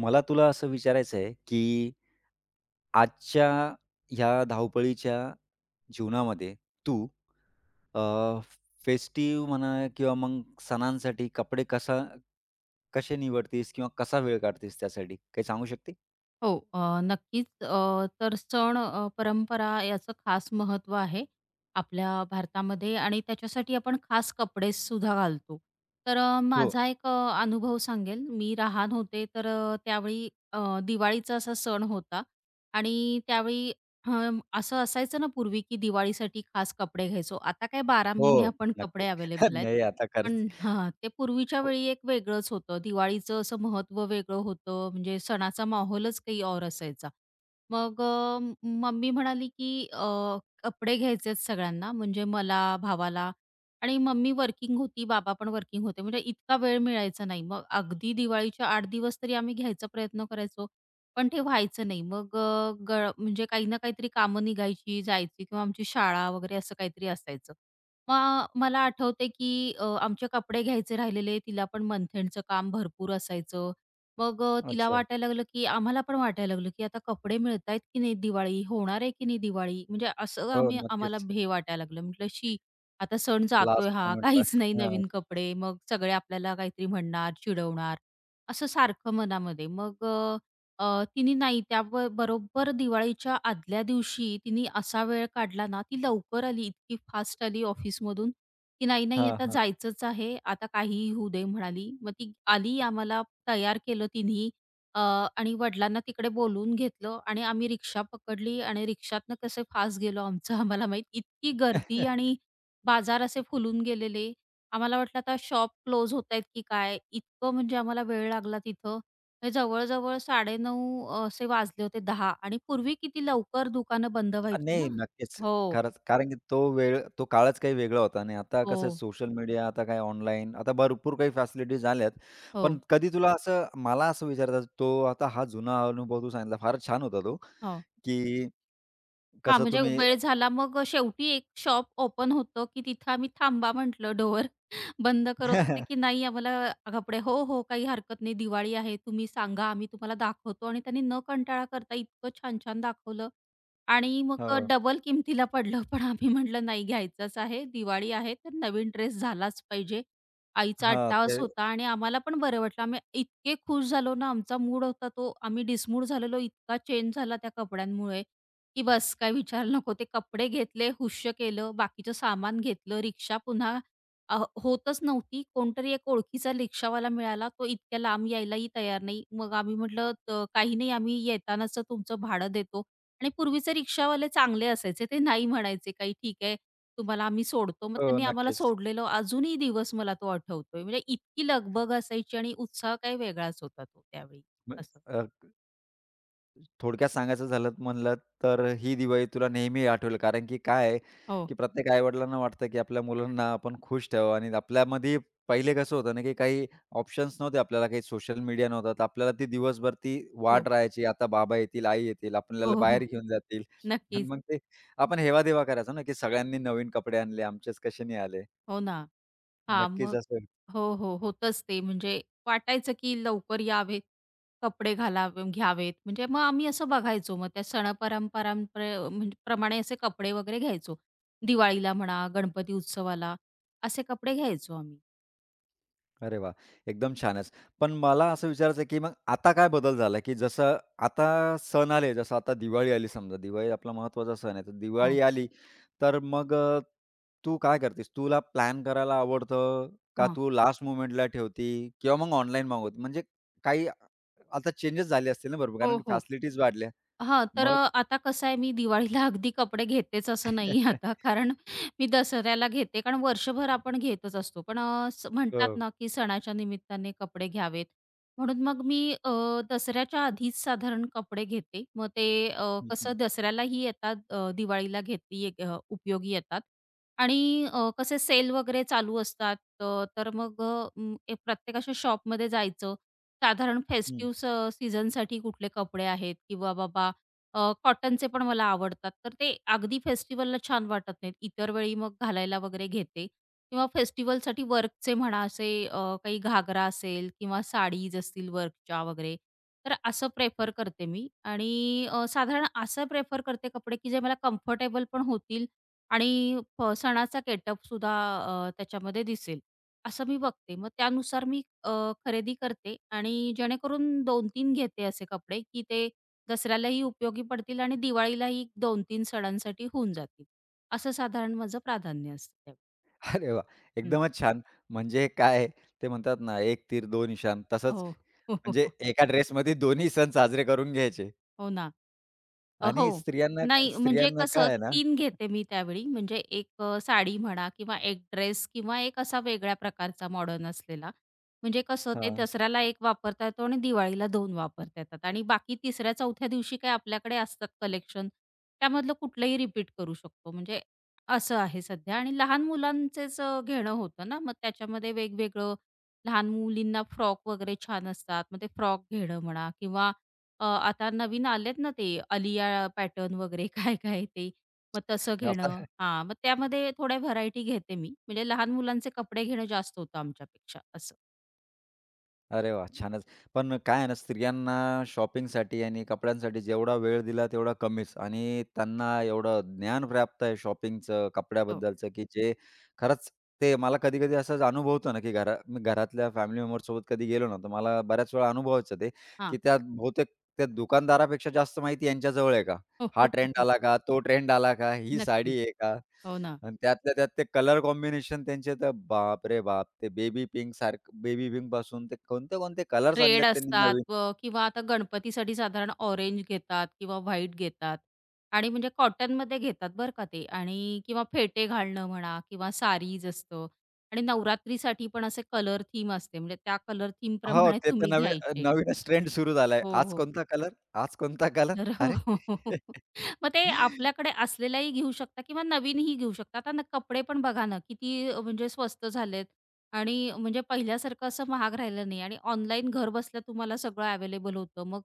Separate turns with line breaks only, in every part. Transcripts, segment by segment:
मला तुला असं विचारायचं आहे, की आजच्या ह्या धावपळीच्या जीवनामध्ये तू अ, फेस्टिव्ह म्हणा किंवा मग सणांसाठी कपडे कसे निवडतीस किंवा कसा वेळ काढतीस त्यासाठी? काही सांगू शकते?
हो, नक्कीच. तर सण, परंपरा याचं खास महत्त्व आहे आपल्या भारतामध्ये आणि त्याच्यासाठी आपण खास कपडेसुद्धा घालतो. तर
हो,
माझा एक अनुभव सांगेल. मी लहान होते, तर त्यावेळी दिवाळीचा असा सण होता आणि त्यावेळी असं असायचं ना पूर्वी, की दिवाळीसाठी खास कपडे घ्यायचो. आता काय 12 महिने
हो.
आपण कपडे
नक्कीच.
अवेलेबल आहेत.
नाही आता
पण
खरंच.
हां, ते पूर्वीच्या
हो,
वेळी एक वेगळंच होतं. दिवाळीचं असं महत्व वेगळं होतं. म्हणजे सणाचा माहोलच काही और असायचा. मग मम्मी म्हणाली, की कपडे घ्यायचे आहेत सगळ्यांना, म्हणजे मला, भावाला आणि मम्मी वर्किंग होती, बाबा पण वर्किंग होते. म्हणजे इतका वेळ मिळायचा नाही. मग अगदी दिवाळीच्या 8 दिवस तरी आम्ही घ्यायचा प्रयत्न करायचो, पण ते व्हायचं नाही. मग अ, ग म्हणजे काही ना काहीतरी कामं निघायची, जायची किंवा आमची शाळा वगैरे असं काहीतरी असायचं. मग मला आठवते, की आमचे कपडे घ्यायचे राहिलेले. तिला पण मंथ एंडचं काम भरपूर असायचं. मग तिला
अच्छा.
वाटायला लागलं, की आम्हाला पण वाटायला लागलं, की आता कपडे मिळतायत की नाही दिवाळी? होणार आहे की नाही दिवाळी? म्हणजे असं
हो,
आम्हाला
नक्कीच.
हे वाटायला लागलं. म्हटलं, "शी, आता सण जातोय
लास्ट
हा.
मोमेंटला.
काहीच नाही
हां,
नवीन कपडे." मग सगळे आपल्याला काहीतरी म्हणणार, चिडवणार, असं सारखं मनामध्ये. मग तिने नाही त्याब बरोबर दिवाळीच्या आदल्या दिवशी तिने असा वेळ काढला ना, ती लवकर आली, इतकी फास्ट आली ऑफिसमधून, की "नाही, नाही
हां,
आता
हां.
जायचंच आहे, आता काहीही होऊ दे" म्हणाली. मग ती आली, आम्हाला तयार केलं तिनी अ, आणि वडिलांना तिकडे बोलवून घेतलं आणि आम्ही रिक्षा पकडली आणि रिक्षातनं कसे फास्ट गेलो आमचं आम्हाला माहीत. इतकी गर्दी आणि बाजार असे फुलून गेलेले. आम्हाला वाटलं आता शॉप क्लोज होतायत की काय? इतकं म्हणजे आम्हाला वेळ लागला तिथं हे जवळ-जवळ 9:30 असे वाजले होते दहा, आणि पूर्वी किती लवकर दुकानं बंद व्हायची
नाही,
ना.
नक्कीच.
हो,
खरंच. कारण की तो वेळ तो काळच काही वेगळा होता आणि आता कसं
हो,
सोशल मीडिया, आता काय ऑनलाईन, आता भरपूर काही फॅसिलिटीज आल्यात. पण
हो,
कधी तुला असं मला असं विचारायचं तो आता हा जुना अनुभव तू सांगितला फार छान होता तो,
हो.
की
हां,
कसं
म्हणजे
तुम्ही
वेळ झाला मग शेवटी एक शॉप ओपन होतं, की तिथं आम्ही थांबा म्हटलं डोअर बंद करत होते, की नाही आम्हाला कपडे हो, हो, काही हरकत नाही. दिवाळी आहे तुम्ही सांगा आम्ही तुम्हाला दाखवतो आणि त्यांनी न कंटाळा करता इतकं छान-छान दाखवलं आणि मग
हो.
डबल किमतीला पडलं. पण आम्ही म्हटलं नाही घ्यायचंच आहे. दिवाळी आहे तर नवीन ड्रेस झालाच पाहिजे. आईचा
हां, ते
अट्टाहास होता आणि आम्हाला पण बरं वाटलं. आम्ही इतके खुश झालो ना, आमचा मूड होता तो आम्ही डिसमूड झालेलो, इतका चेंज झाला त्या कपड्यांमुळे. की बस काही विचारायला नको. ते कपडे घेतले, हुश्य केलं, बाकीचं सामान घेतलं, रिक्षा पुन्हा अ, होतच नव्हती. कोणतरी एक ओळखीचा रिक्षावाला मिळाला. तो इतक्या लांब यायलाही तयार नाही. मग आम्ही म्हटलं, "त काही नाही, आम्ही येतानाचं तुमचं भाडं देतो." आणि पूर्वीचे रिक्षावाले चांगले असायचे. ते नाही म्हणायचे काही, "ठीक आहे, तुम्हाला आम्ही सोडतो." मग
हो,
त्यांनी आम्हाला
नक्कीच.
सोडलेलं अजूनही दिवस मला तो आठवतोय. म्हणजे इतकी लगबग असायची आणि उत्साह काही वेगळाच होता तो त्यावेळी
म
असं.
अ, थोडक्यात सांगायचं झालं म्हणलं तर ही दिवाळी तुला नेहमी आठवेल. कारण की काय आहे,
हो,
की प्रत्येक आई-वडिलांना वाटतं, की आपल्या मुलांना आपण खुश ठेवावं आणि आपल्यामध्ये पहिले कसं होतं ना, की काही ऑप्शन्स नव्हते आपल्याला, काही सोशल मीडिया नव्हता. तर आपल्याला ती दिवसभर ती वाट
हो.
राहायची. आता बाबा येतील, आई येतील,
हो,
आपल्याला बाहेर
हो.
घेऊन जातील आणि
नक्कीच.
मग ते आपण हेवा-देवा करायचो ना, की सगळ्यांनी नवीन कपडे आणले, आमचेच कसे नाही आले.
हो ना. हा,
नक्कीच
मग
असं
हो, हो. होतंच ते म्हणजे वाटायचं की लवकर यावेत, कपडे घालावे घ्यावेत. म्हणजे मग आम्ही असं बघायचो. मग त्या सणपरंपरांप्रे म्हणजे प्रमाणे असे कपडे वगैरे घ्यायचो. दिवाळीला म्हणा, गणपती उत्सवाला असे कपडे घ्यायचो आम्ही.
अरे वाह! एकदम छानच. पण मला असं विचारायचं आहे, की मग आता काय बदल झाला, की जसं आता सण आले, जसं आता दिवाळी आली समजा, दिवाळी आपला महत्त्वाचा सण आहे. तर
हा,
दिवाळी आली, तर मग तू काय करतेस? तुला प्लॅन करायला आवडतं का
हां.
तू लास्ट मोमेंटला ठेवती किंवा मग ऑनलाईन मागवते? म्हणजे काही अ, आता चेंजेस झाले असतील ना, बरोबर कारण
हो,
की
हो.
फॅसिलिटीज वाढल्या.
हां, तर
मग
आता कसं आहे, मी दिवाळीला अगदी कपडे घेतेच असं नाही आता. कारण मी दसऱ्याला घेते, कारण वर्षभर आपण घेतच असतो. पण अ, स म्हणतात
हो.
ना, की सणाच्या निमित्ताने कपडे घ्यावेत. म्हणून मग मी दसऱ्याच्या आधीच साधारण कपडे घेते. मग ते
हं, हं.
कसं दसऱ्यालाही येतात, दिवाळीला घेतली उपयोगी येतात. आणि कसे सेल वगैरे चालू असतात, तर मग अ, म, ए प्रत्येक शॉपमध्ये जायचं. साधारण फेस्टिव्ह सीझनसाठी कुठले कपडे आहेत किंवा बाबा कॉटनचे पण मला आवडतात. तर ते अगदी फेस्टिव्हलला छान वाटत नाहीत. इतर वेळी मग घालायला वगैरे घेते किंवा फेस्टिव्हलसाठी वर्कचे म्हणा असे काही घागरा असेल किंवा साडीज असतील वर्कच्या वगैरे, तर असं प्रेफर करते मी आणि साधारण असं प्रेफर करते कपडे, की जे मला कम्फर्टेबल पण होतील आणि प सणाचा गेटअपसुद्धा त्याच्यामध्ये दिसेल. असं मी बघते. मग त्यानुसार मी खरेदी करते आणि जेणेकरून 2-3 घेते असे कपडे, की ते दसऱ्यालाही उपयोगी पडतील आणि दिवाळीलाही 2-3 सणांसाठी होऊन जातील. असं साधारण माझं प्राधान्य असतं त्यावेळी.
अरे वाह!
हं.
एकदमच छान. म्हणजे काय ते म्हणतात ना, "एक तीर दोन निशाण." तसंच
हो. हो, हो,
म्हणजे
हो.
एका ड्रेसमध्ये दोन्ही सण साजरे करून घ्यायचे
हो ना.
आणि
हो.
स्त्रियांना
नाही म्हणजे
स्त्रियांना काय
कसं
आहे ना
3 घेते मी त्यावेळी. म्हणजे एक साडी म्हणा किंवा एक ड्रेस किंवा एक असा वेगळ्या प्रकारचा मॉडर्न असलेला. म्हणजे कसं ते
हां.
दसऱ्याला एक वापरता येतो आणि दिवाळीला 2 वापरता येतात आणि बाकी 3ऱ्या-4थ्या दिवशी काही आपल्याकडे असतात कलेक्शन. त्यामधलं कुठलंही रिपीट करू शकतो. म्हणजे असं आहे सध्या आणि लहान मुलांचेच घेणं होतं ना, मग त्याच्यामध्ये वेगवेगळं लहान मुलींना फ्रॉक वगैरे छान असतात. मग ते फ्रॉक घेणं म्हणा किंवा आता नवीन आलेत ना ते अलिया पॅटर्न वगैरे काय-काय ते. मग तसं
आता
घेणं हां, मग त्यामध्ये थोड्या व्हरायटी घेते मी. म्हणजे लहान मुलांचे कपडे घेणं जास्त होतं आमच्यापेक्षा असं.
अरे वाह! छानच. पण काय आहे ना, स्त्रियांना शॉपिंगसाठी आणि कपड्यांसाठी जेवढा वेळ दिला तेवढा कमीच आणि त्यांना एवढं ज्ञान प्राप्त आहे शॉपिंगचं,
हो.
कपड्याबद्दलचं, की जे खरंच ते मला कधी-कधी असंच अनुभवतं ना, की घरा मी घरातल्या फॅमिली मेंबरसोबत कधी गेलो ना, तर मला बऱ्याच वेळा अनुभवायचं ते, की
हां.
त्या बहुतेक त्या दुकानदारापेक्षा जास्त माहिती यांच्याजवळ आहे का?
हो,
हा
हो, हो,
ट्रेंड
हो.
आला का? तो ट्रेंड आला का? ही
नक्कीच.
साडी आहे का?
हो ना.
आणि त्यातल्या त्यात ते कलर कॉम्बिनेशन त्यांचे तर बाप रे बाप! ते बेबी पिंक सारखं बेबी पिंक पासून ते कोणते-कोणते कलर्स
रेड
आणलेत त्यांनी
असतात
नवीन.
व किंवा आता गणपतीसाठी साधारण ऑरेंज घेतात किंवा व्हाईट घेतात आणि म्हणजे कॉटनमध्ये घेतात बरं का ते आणि किंवा फेटे घालणं म्हणा किंवा सारीज असतं आणि नवरात्रीसाठी पण असे कलर थीम असते. म्हणजे त्या कलर
हो,
थीमप्रमाणे
ते तर
तुम्ही घ्यायचे.
नवीनच ट्रेंड सुरू झालाय.
हो,
आज
हो.
कोणता कलर? आज कोणता कलर?
तर हो,
अरे!
हो. हो, हो. मग ते आपल्याकडे असलेलाही घेऊ शकता किंवा नवीनही घेऊ शकता. आता ना कपडे पण बघा ना किती म्हणजे स्वस्त झालेत आणि म्हणजे पहिल्यासारखं असं महाग राहिलं नाही आणि ऑनलाईन घर बसल्या तुम्हाला सगळं अवेलेबल होतं. मग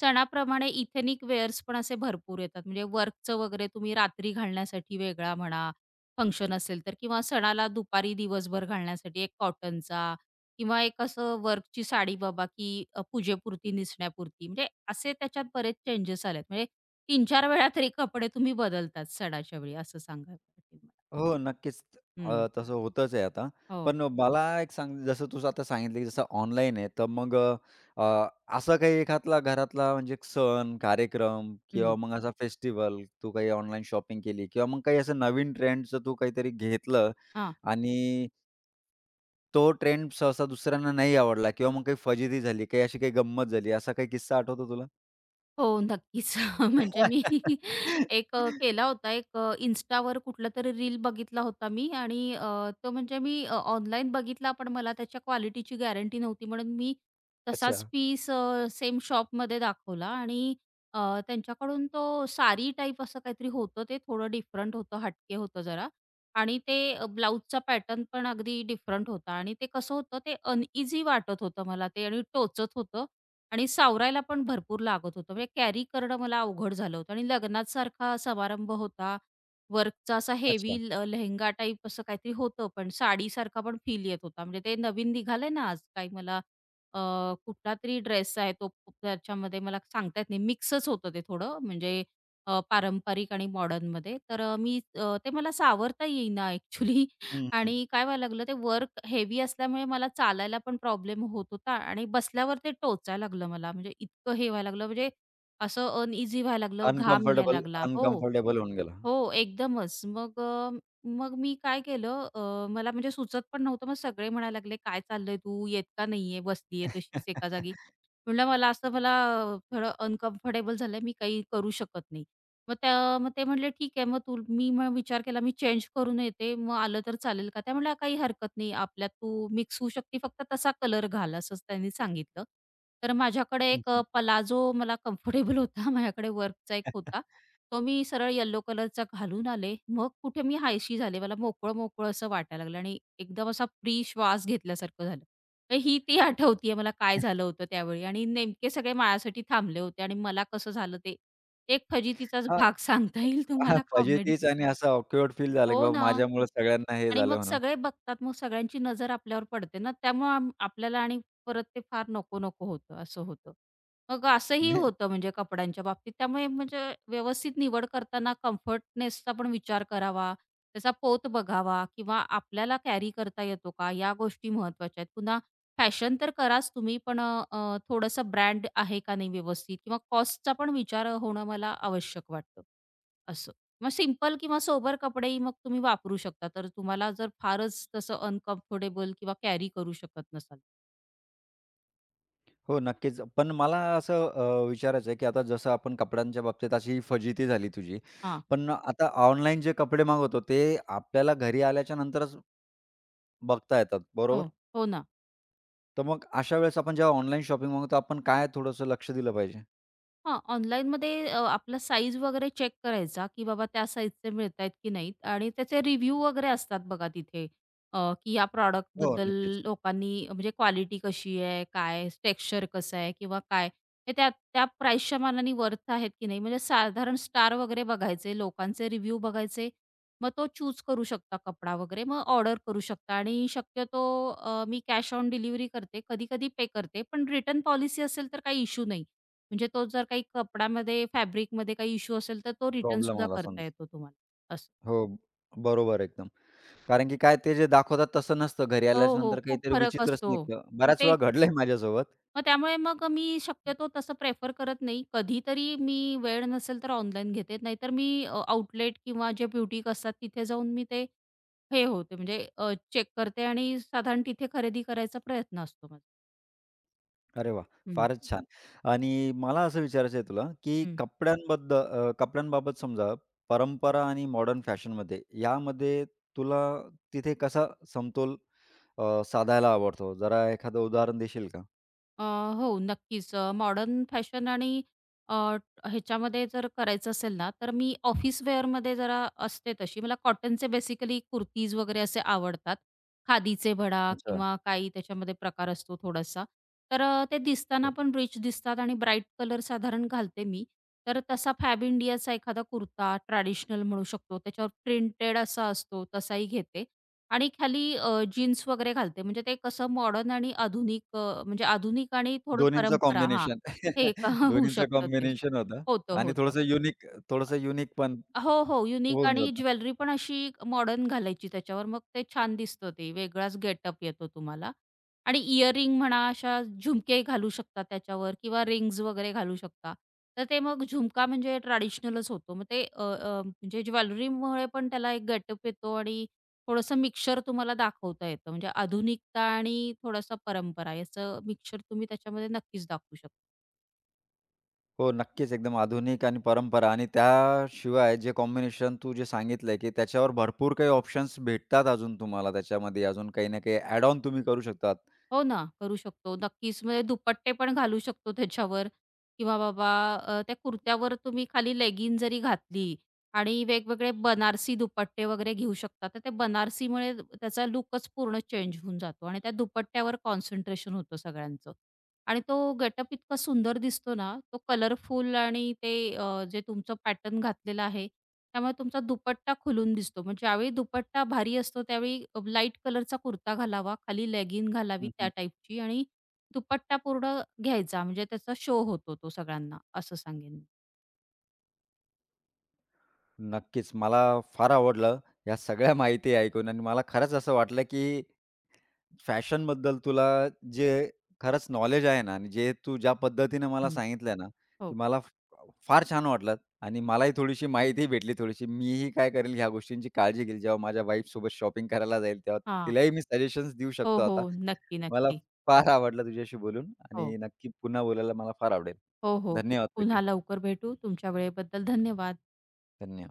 सणाप्रमाणे इथेनिक वेअर्स पण असे भरपूर येतात. म्हणजे वर्कचं वगैरे तुम्ही रात्री घालण्यासाठी वेगळा म्हणा, फंक्शन असेल तर किंवा सणाला दुपारी दिवसभर घालण्यासाठी एक कॉटनचा किंवा एक असं वर्कची साडी बाबा, की पूजेपुरती नेसण्यापुरती. म्हणजे असे त्याच्यात बरेच चेंजेस आलेत. म्हणजे 3-4 वेळा तरी कपडे तुम्ही बदलतात सणाच्या वेळी असं सांगायला पाहिजे मला.
हो, नक्कीच.
हं.
अ, तसं होतच आहे आता.
हो.
पण मला एक सांग जसं तू आता सांगितलं, की जसं ऑनलाईन आहे, तर मग अ, अ, काही एखादला घरातला म्हणजे एक सण, कार्यक्रम
हं.
किंवा मग असा फेस्टिव्हल, तू काही ऑनलाईन शॉपिंग केली किंवा मग काही असं नवीन ट्रेंडचं तू काहीतरी घेतलं
हां.
आणि तो ट्रेंड सहसा दुसऱ्यांना नाही आवडला किंवा मग काही फजिती झाली, काही अशी काही गंमत झाली, असा काही किस्सा आठवतो तुला?
हो, नक्कीच. म्हणजे मी एक केला होता एक Instaवर तरी रील बघितला होता मी आणि तो म्हणजे मी ऑनलाईन बघितला, पण मला त्याच्या क्वालिटीची गॅरंटी नव्हती म्हणून मी
अच्छा.
तसाच पीस सेम शॉपमध्ये दाखवला आणि अ, त्यांच्याकडून तो साडी टाईप असं काहीतरी होतं ते थोडं डिफरंट होतं, हटके होतं जरा आणि ते ब्लाउजचा पॅटर्न पण अगदी डिफरंट होता आणि ते कसं होतं ते अनईझी वाटत होतं मला ते आणि टोचत होतं आणि सावरायला पण भरपूर लागत होतं. म्हणजे कॅरी करणं मला अवघड झालं होतं आणि लग्नासारखा समारंभ होता. वर्कचा असा
अच्छा.
हेवी लेहेंगा टाईप असं काहीतरी होतं, पण साडीसारखा पण फील येत होता. म्हणजे ते नवीन निघालंय ना आज काही मला अ, कुठला तरी ड्रेस आहे तो त्याच्यामध्ये मला सांगता येत नाही. मिक्सच होतं ते थोडं म्हणजे पारंपरिक आणि मॉडर्नमध्ये. तर ते मला सावरता येईना ॲक्चुअली
हं, हं.
आणि काय व्हायला लागलं ते वर्क हेवी असल्यामुळे मला चालायला पण प्रॉब्लेम होत होता आणि बसल्यावर ते टोचायला लागलं मला. म्हणजे इतकं हे व्हायला लागलं म्हणजे असं अनइझी व्हायला लागलं, घाम यायला
अनकम्फर्टेबल
लागला. हो.
अनकम्फर्टेबल होऊन गेला.
हो, एकदमच. मग मग मी काय केलं मला म्हणजे सुचत पण नव्हतं. मग सगळे म्हणायला लागले, "काय चाललंय तू? येत का नाहीये? बसलीये तशीच एका जागी." म्हटलं, "मला थोडं अनकम्फर्टेबल झालंय. मी काही करू शकत नाही." मग त्या मग ते म्हटले, "ठीक आहे." मग मी विचार केला, "मी चेंज करून येते. मग आलं तर चालेल का?" त्या म्हटल्या, "काही हरकत नाही. आपल्यात तू मिक्स होऊ शकते. फक्त तसा कलर घाल." असंच त्यांनी सांगितलं. तर माझ्याकडे
हं,
एक
हं.
पलाझो मला कम्फर्टेबल होता. माझ्याकडे वर्कचा एक होता. तो मी सरळ येलो कलरचा घालून आले. मग कुठे मी हायशी झाले. मला मोकळं-मोकळं असं वाटायला लागलं आणि एकदम असा फ्री श्वास घेतल्यासारखं झालं. तर ही ती आठवतीये मला काय झालं होतं त्यावेळी आणि नेमके सगळे माझ्यासाठी थांबले होते आणि मला कसं झालं ते एक फजितीचाच
हां,
भाग सांगता येईल
हां,
तुम्हाला
पाहिजे
कॉमेडी.
तीच आणि असं ऑकवर्ड फील झालं, की
हो
बाबा
ना.
माझ्यामुळे सगळ्यांना हे
आणि
झालं
मग
म्हणून.
सगळे बघतात, मग सगळ्यांची नजर आपल्यावर पडते ना, त्यामुळं आपल्याला आणि परत ते फार नको-नको होतं, असं होतं. मग असंही
नाही
होतं म्हणजे कपड्यांच्या बाबतीत. त्यामुळे म्हणजे व्यवस्थित निवड करताना कम्फर्टनेसचा पण विचार करावा, त्याचा पोत बघावा किंवा आपल्याला कॅरी करता येतो का, या गोष्टी महत्त्वाच्या आहेत. पुन्हा फॅशन तर कराच तुम्ही, पण थोडंसं ब्रँड आहे का नाही व्यवस्थित किंवा कॉस्टचा पण विचार होणं मला आवश्यक वाटतं, असं. मग सिंपल किंवा सोबर कपडेही मग तुम्ही वापरू शकता. तर तुम्हाला जर फारच तसं अनकम्फर्टेबल किंवा कॅरी करू शकत नसाल.
हो, नक्कीच. पण मला विचारायचं आहे, की आता जसं आपण कपड्यांच्या बाबतीत अशी फजिती झाली तुझी.
हां.
पण आता ऑनलाईन जे कपडे मागवतो, ते आपल्याला घरी आल्याच्या नंतरच बघता येतात,
हो.
बरोबर?
हो ना.
तर मग अशा वेळेस आपण जेव्हा ऑनलाईन शॉपिंग मागवतो, आपण काय थोडंसं लक्ष दिलं पाहिजे?
हां, ऑनलाईनमध्ये आपला साईज वगैरे चेक करायचा, की बाबा त्या साईजचे मिळतायत की नाहीत आणि त्याचे रिव्ह्यू वगैरे असतात बघा तिथे की या
हो,
प्रॉडक्टबद्दल
नक्कीच.
लोकांनी म्हणजे क्वालिटी कशी आहे, काय टेक्स्चर कसं आहे किंवा काय हे त्या त्या प्राईसच्या मानाने वर्थ आहेत की नाही. म्हणजे साधारण स्टार वगैरे बघायचे, लोकांचे रिव्ह्यू बघायचे. मग तो चूज करू शकता कपडा वगैरे, मग ऑर्डर करू शकता आणि शक्यतो मी कॅश ऑन डिलिव्हरी करते, कधी-कधी पे करते. पण रिटर्न पॉलिसी असेल तर काही इश्यू नाही. म्हणजे तो जर काही कपड्यामध्ये, फॅब्रिकमध्ये काही इश्यू असेल, तर तो
प्रॉब्लेम
रिटर्नसुद्धा
आला
करता
समजा.
येतो तुम्हाला असं.
हो, बरोबर एकदम. कारण की काय ते जे दाखवतात तसं नसतं. घरी
हो, हो.
आल्यानंतर
खूप
काहीतरी
फरक
विचित्रच
असतो.
निघतं.
मग
बऱ्याच
ते
वेळा घडलंय माझ्यासोबत.
मग त्यामुळे मग मी शक्यतो तसं प्रेफर करत नाही. कधीतरी मी वेळ नसेल तर ऑनलाईन घेते. नाहीतर मी आउटलेट किंवा जे ब्युटीक असतात तिथे जाऊन मी ते हे होते म्हणजे चेक करते आणि साधारण तिथे खरेदी करायचा प्रयत्न असतो माझा.
अरे वाह!
हं,
फारच छान. आणि मला असं विचारायचं आहे तुला, की कपड्यांबाबत समजा परंपरा आणि मॉडर्न फॅशनमध्ये यामध्ये तुला तिथे कसा समतोल साधायला आवडतो? जरा एखादं उदाहरण देशील का?
अ, हो, नक्कीच. मॉडर्न फॅशन आणि अ, ह्याच्यामध्ये जर करायचं असेल ना, तर मी ऑफिस वेअरमध्ये जरा असते तशी. मला कॉटनचे बेसिकली कुर्तीज वगैरे असे आवडतात. खादीचे म्हणा
अच्छा.
किंवा काही त्याच्यामध्ये प्रकार असतो थोडासा. तर ते दिसताना
हो.
पण रिच दिसतात आणि ब्राईट कलर साधारण घालते मी. तर तसा फॅब इंडियाचा एखादा कुर्ता ट्रॅडिशनल म्हणू शकतो. त्याच्यावर प्रिंटेड असा असतो, तसाही घेते. आणि खाली जीन्स वगैरे घालते. म्हणजे ते कसं मॉडर्न आणि आधुनिक म्हणजे आधुनिक आणि थोडं
दोन्हींचं
परंपरा हां.
कॉम्बिनेशन.
हे एक होऊ
दोन्हींचं
शकतं ते.
कॉम्बिनेशन होतं
होतं,
आणि
होतं.
थोडंसं युनिक पण
हो, हो. युनिक
होऊन
आणि
जातं.
ज्वेलरी पण अशी मॉडर्न घालायची त्याच्यावर. मग ते छान दिसतं ते. वेगळाच गेटअप येतो तुम्हाला. आणि इयरिंग म्हणा, अशा झुमके घालू शकता त्याच्यावर किंवा रिंग्स वगैरे घालू शकता. तर ते मग झुमका म्हणजे ट्रेडिशनलच होतो. मग ते अ, अ, म्हणजे ज्वेलरीमुळे पण त्याला एक गेटअप येतो आणि थोडंसं मिक्सचर तुम्हाला दाखवता येतं. म्हणजे आधुनिकता आणि थोडासा परंपरा याचं मिक्सचर तुम्ही त्याच्यामध्ये नक्कीच दाखवू शकता.
हो, नक्कीच. एकदम आधुनिक आणि परंपरा आणि त्याशिवाय जे कॉम्बिनेशन तू जे सांगितलंय, की त्याच्यावर भरपूर काही ऑप्शन्स भेटतात अजून तुम्हाला त्याच्यामध्ये. अजून काही ना काही ॲड ऑन तुम्ही करू शकतात.
हो ना, करू शकतो. नक्कीच. म्हणजे दुपट्टे पण घालू शकतो त्याच्यावर किंवा बाबा त्या कुर्त्यावर तुम्ही खाली लेगिन जरी घातली आणि वेगवेगळे बनारसी दुपट्टे वगैरे घेऊ शकता. तर ते बनारसीमुळे त्याचा लूकच पूर्ण चेंज होऊन जातो आणि त्या दुपट्ट्यावर कॉन्सन्ट्रेशन होतं सगळ्यांचं. आणि तो गेटअप इतका सुंदर दिसतो ना, तो कलरफुल आणि ते जे तुमचं पॅटर्न घातलेलं आहे, त्यामुळे तुमचा दुपट्टा खुलून दिसतो. मग ज्यावेळी दुपट्टा भारी असतो त्यावेळी लाईट कलरचा कुर्ता घालावा, खाली लेगिंग घालावी
हं,
त्या
हं.
टाईपची आणि दुपट्टा पूर्ण घ्यायचा म्हणजे त्याचा शो होतो तो सगळ्यांना असं सांगेन मी.
नक्कीच. मला फार आवडलं ह्या सगळ्या माहिती ऐकून आणि मला खरंच असं वाटलं, की फॅशन बद्दल तुला जे खरंच नॉलेज आहे ना आणि जे तू ज्या पद्धतीने मला
हं.
सांगितलं ना,
हो.
की मला फ फार छान वाटलं आणि मलाही थोडीशी माहितीही भेटली थोडीशी. मीही काय करेल ह्या गोष्टींची काळजी घेईल जेव्हा माझ्या वाईफसोबत शॉपिंग करायला जाईल तेव्हा
हां.
तिलाही मी सजेशन्स देऊ
हो,
शकतो
हो.
आता.
नक्की,
मला
नक्की.
फार आवडलं तुझ्याशी बोलून
हो.
आणि नक्की पुन्हा बोलायला मला फार आवडेल.
हो, हो.
धन्यवाद तुझे.
पुन्हा लवकर भेटू. तुमच्या वेळेबद्दल धन्यवाद.
धन्यवाद.